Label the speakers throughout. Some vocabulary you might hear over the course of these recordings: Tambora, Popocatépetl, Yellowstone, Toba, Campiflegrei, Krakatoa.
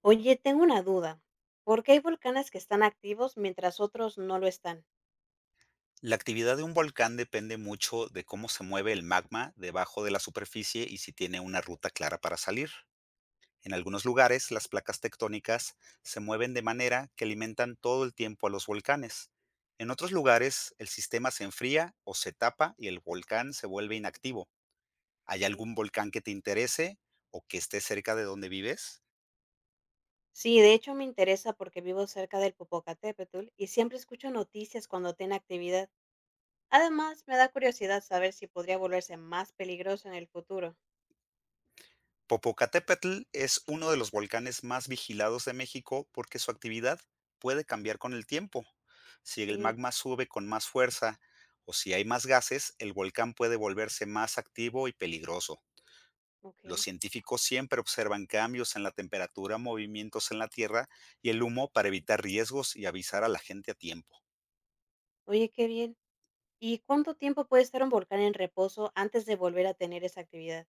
Speaker 1: Oye, tengo una duda. ¿Por qué hay volcanes que están activos mientras otros no lo están?
Speaker 2: La actividad de un volcán depende mucho de cómo se mueve el magma debajo de la superficie y si tiene una ruta clara para salir. En algunos lugares, las placas tectónicas se mueven de manera que alimentan todo el tiempo a los volcanes. En otros lugares, el sistema se enfría o se tapa y el volcán se vuelve inactivo. ¿Hay
Speaker 1: Ok.
Speaker 2: algún volcán que te interese o que esté cerca de donde vives?
Speaker 1: Sí, de hecho me interesa porque vivo cerca del Popocatépetl y siempre escucho noticias cuando tiene actividad. Además, me da curiosidad saber si podría volverse más peligroso en el futuro.
Speaker 2: Popocatépetl es uno de los volcanes más vigilados de México porque su actividad puede cambiar con el tiempo. Si el
Speaker 1: Sí.
Speaker 2: magma sube con más fuerza o si hay más gases, el volcán puede volverse más activo y peligroso.
Speaker 1: Ok.
Speaker 2: Los científicos siempre observan cambios en la temperatura, movimientos en la tierra y el humo para evitar riesgos y avisar a la gente a tiempo.
Speaker 1: Oye, qué bien. ¿Y cuánto tiempo puede estar un volcán en reposo antes de volver a tener esa actividad?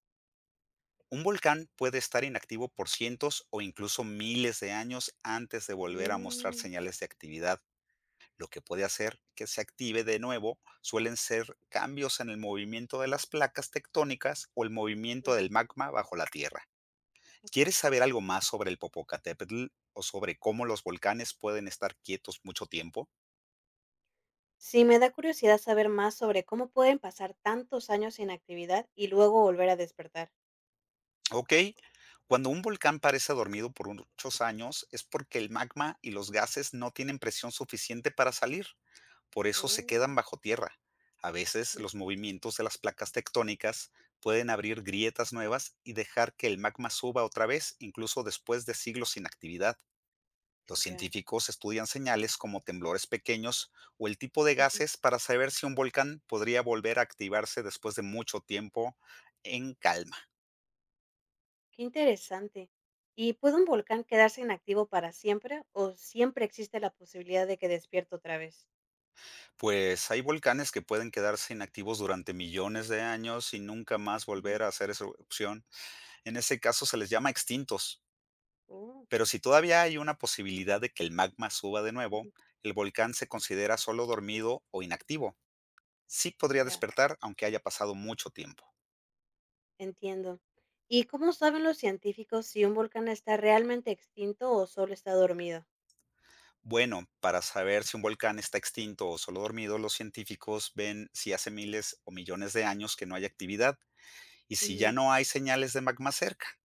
Speaker 2: Un volcán puede estar inactivo por cientos o incluso miles de años antes de volver a mostrar
Speaker 1: Mm,
Speaker 2: señales de actividad. Lo que puede hacer que se active de nuevo suelen ser cambios en el movimiento de las placas tectónicas o el movimiento
Speaker 1: Ujú.
Speaker 2: del magma bajo la tierra. ¿Quieres
Speaker 1: Ok.
Speaker 2: saber algo más sobre el Popocatépetl o sobre cómo los volcanes pueden estar quietos mucho tiempo?
Speaker 1: Sí, me da curiosidad saber más sobre cómo pueden pasar tantos años sin actividad y luego volver a despertar.
Speaker 2: Ok, cuando un volcán parece dormido por muchos años es porque el magma y los gases no tienen presión suficiente para salir. Por eso se quedan
Speaker 1: Oh,
Speaker 2: bajo tierra. A veces
Speaker 1: ujú,
Speaker 2: los movimientos de las placas tectónicas pueden abrir grietas nuevas y dejar que el magma suba otra vez, incluso después de siglos sin actividad. Los
Speaker 1: ya.
Speaker 2: científicos estudian señales como temblores pequeños o el tipo de
Speaker 1: Ujú.
Speaker 2: gases para saber si un volcán podría volver a activarse después de mucho tiempo en calma.
Speaker 1: Qué interesante. ¿Y puede un volcán quedarse inactivo para siempre o siempre existe la posibilidad de que despierte otra vez?
Speaker 2: Pues hay volcanes que pueden quedarse inactivos durante millones de años y nunca más
Speaker 1: Ujú.
Speaker 2: volver a hacer esa erupción. En ese caso se les llama extintos.
Speaker 1: Oh,
Speaker 2: Pero si todavía hay una posibilidad de que el magma suba de nuevo,
Speaker 1: ujú,
Speaker 2: el volcán se considera solo dormido o inactivo. Sí podría
Speaker 1: ya,
Speaker 2: despertar aunque haya pasado mucho tiempo.
Speaker 1: entiendo. ¿Y cómo saben los científicos si un volcán está realmente extinto o solo está dormido?
Speaker 2: Bueno, para saber si un volcán está extinto o solo dormido, los científicos ven si hace miles o millones de años que no hay actividad y si ya
Speaker 1: Ujú.
Speaker 2: no hay señales de magma cerca.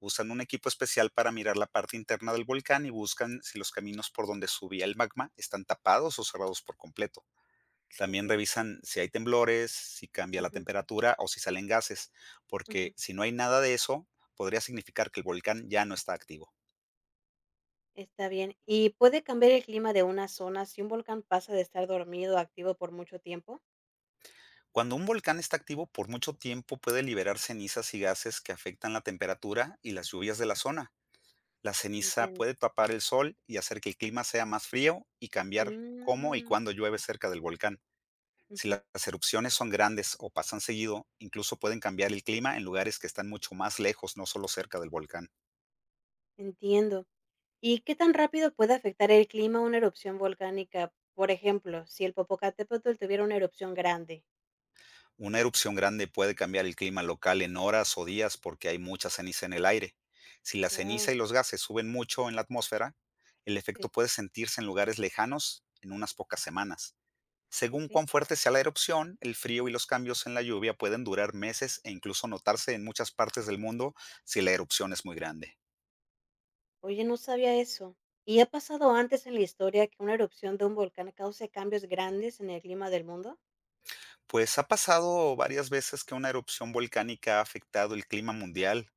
Speaker 2: Usan un equipo especial para mirar la parte interna del volcán y buscan si los caminos por donde subía el magma están tapados o cerrados por completo.
Speaker 1: Ok.
Speaker 2: También revisan si hay temblores, si cambia la
Speaker 1: Ujú,
Speaker 2: temperatura o si salen gases, porque
Speaker 1: ujú.
Speaker 2: si no hay nada de eso, podría significar que el volcán ya no está activo.
Speaker 1: Está bien. ¿Y puede cambiar el clima de una zona si un volcán pasa de estar dormido o activo por mucho tiempo?
Speaker 2: Cuando un volcán está activo por mucho tiempo puede liberar cenizas y gases que afectan la temperatura y las lluvias de la zona. La ceniza
Speaker 1: Entiendo.
Speaker 2: puede tapar el sol y hacer que el clima sea más frío y cambiar cómo y
Speaker 1: Mm,
Speaker 2: cuándo llueve cerca del volcán. Si
Speaker 1: Ujú.
Speaker 2: la- Las erupciones son grandes o pasan seguido, incluso pueden cambiar el clima en lugares que están mucho más lejos, no solo cerca del volcán.
Speaker 1: Entiendo. ¿Y qué tan rápido puede afectar el clima una erupción volcánica? Por ejemplo, si el Popocatépetl tuviera una erupción grande.
Speaker 2: Una erupción grande puede cambiar el clima local en horas o días porque hay mucha ceniza en el aire. Si la ceniza
Speaker 1: Wow,
Speaker 2: y los gases suben mucho en la atmósfera, el efecto
Speaker 1: sí,
Speaker 2: puede sentirse en lugares lejanos en unas pocas semanas. Según
Speaker 1: ok.
Speaker 2: cuán fuerte sea la erupción, el frío y los cambios en la lluvia pueden durar meses e incluso notarse en muchas partes del mundo si la erupción es muy grande.
Speaker 1: Oye, no sabía eso. ¿Y ha pasado antes en la historia que una erupción de un volcán cause cambios grandes en el clima del mundo?
Speaker 2: Pues ha pasado varias veces que una erupción volcánica ha afectado el clima mundial,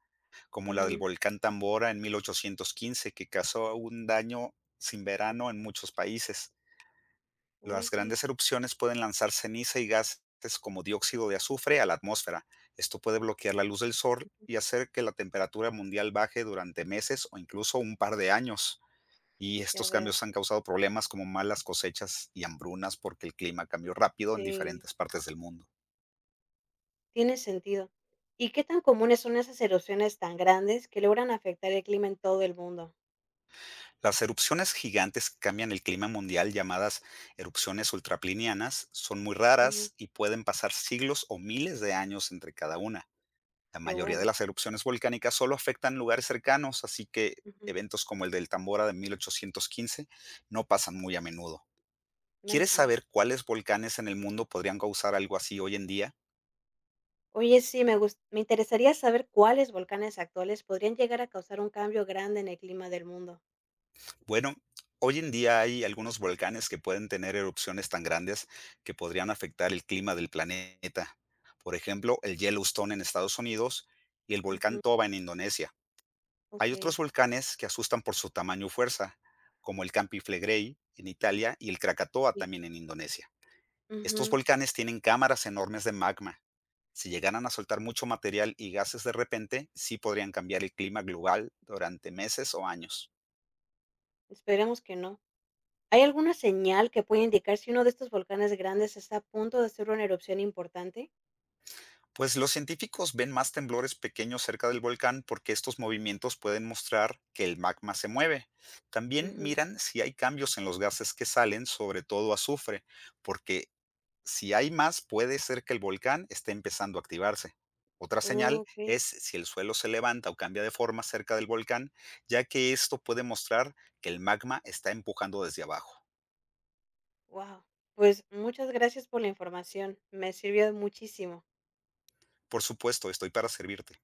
Speaker 2: como la del
Speaker 1: Ujú.
Speaker 2: volcán Tambora en 1815, que causó un daño sin verano en muchos países. Las
Speaker 1: Oye,
Speaker 2: grandes erupciones pueden lanzar ceniza y gases como dióxido de azufre a la atmósfera. Esto puede bloquear la luz del sol y hacer que la temperatura mundial baje durante meses o incluso un par de años. Y
Speaker 1: ya
Speaker 2: estos
Speaker 1: veo.
Speaker 2: cambios han causado problemas como malas cosechas y hambrunas porque el clima cambió rápido en
Speaker 1: Sí.
Speaker 2: diferentes partes del mundo.
Speaker 1: Tiene sentido. ¿Y qué tan comunes son esas erupciones tan grandes que logran afectar el clima en todo el mundo?
Speaker 2: Las erupciones gigantes que cambian el clima mundial, llamadas erupciones ultraplinianas, son muy
Speaker 1: Ujú.
Speaker 2: raras y pueden pasar siglos o miles de años entre cada una. La
Speaker 1: Qué
Speaker 2: mayoría de
Speaker 1: bueno.
Speaker 2: las erupciones volcánicas solo afectan lugares cercanos, así que
Speaker 1: Ujú.
Speaker 2: eventos como el del Tambora de 1815 no pasan muy a menudo. ¿Quieres
Speaker 1: Menos mal.
Speaker 2: saber cuáles volcanes en el mundo podrían causar algo así hoy en día?
Speaker 1: Oye, sí, me interesaría saber cuáles volcanes actuales podrían llegar a causar un cambio grande en el clima del mundo.
Speaker 2: Bueno, hoy en día hay algunos volcanes que pueden tener erupciones tan grandes que podrían afectar el clima del planeta. Por ejemplo, el Yellowstone en Estados Unidos y el volcán
Speaker 1: Ujú.
Speaker 2: Toba en Indonesia.
Speaker 1: Ok,
Speaker 2: Hay otros volcanes que asustan por su tamaño y fuerza, como el Campiflegrei en Italia y el Krakatoa
Speaker 1: sí.
Speaker 2: también en Indonesia. Estos
Speaker 1: Ujú.
Speaker 2: volcanes tienen cámaras enormes de magma. Si llegaran a soltar mucho material y gases de repente, sí podrían cambiar el clima global durante meses o años.
Speaker 1: Esperemos que no. ¿Hay alguna señal que pueda indicar si uno de estos volcanes grandes está a punto de hacer una erupción importante?
Speaker 2: Pues los científicos ven más temblores pequeños cerca del volcán porque estos movimientos pueden mostrar que el magma se mueve. También
Speaker 1: Ujú.
Speaker 2: miran si hay cambios en los gases que salen, sobre todo azufre, porque si hay más puede ser que el volcán esté empezando a activarse. Otra señal
Speaker 1: Ok,
Speaker 2: es si el suelo se levanta o cambia de forma cerca del volcán, ya que esto puede mostrar que el magma está empujando desde abajo.
Speaker 1: wow. Pues muchas gracias por la información. Me sirvió muchísimo.
Speaker 2: Por supuesto, estoy para servirte.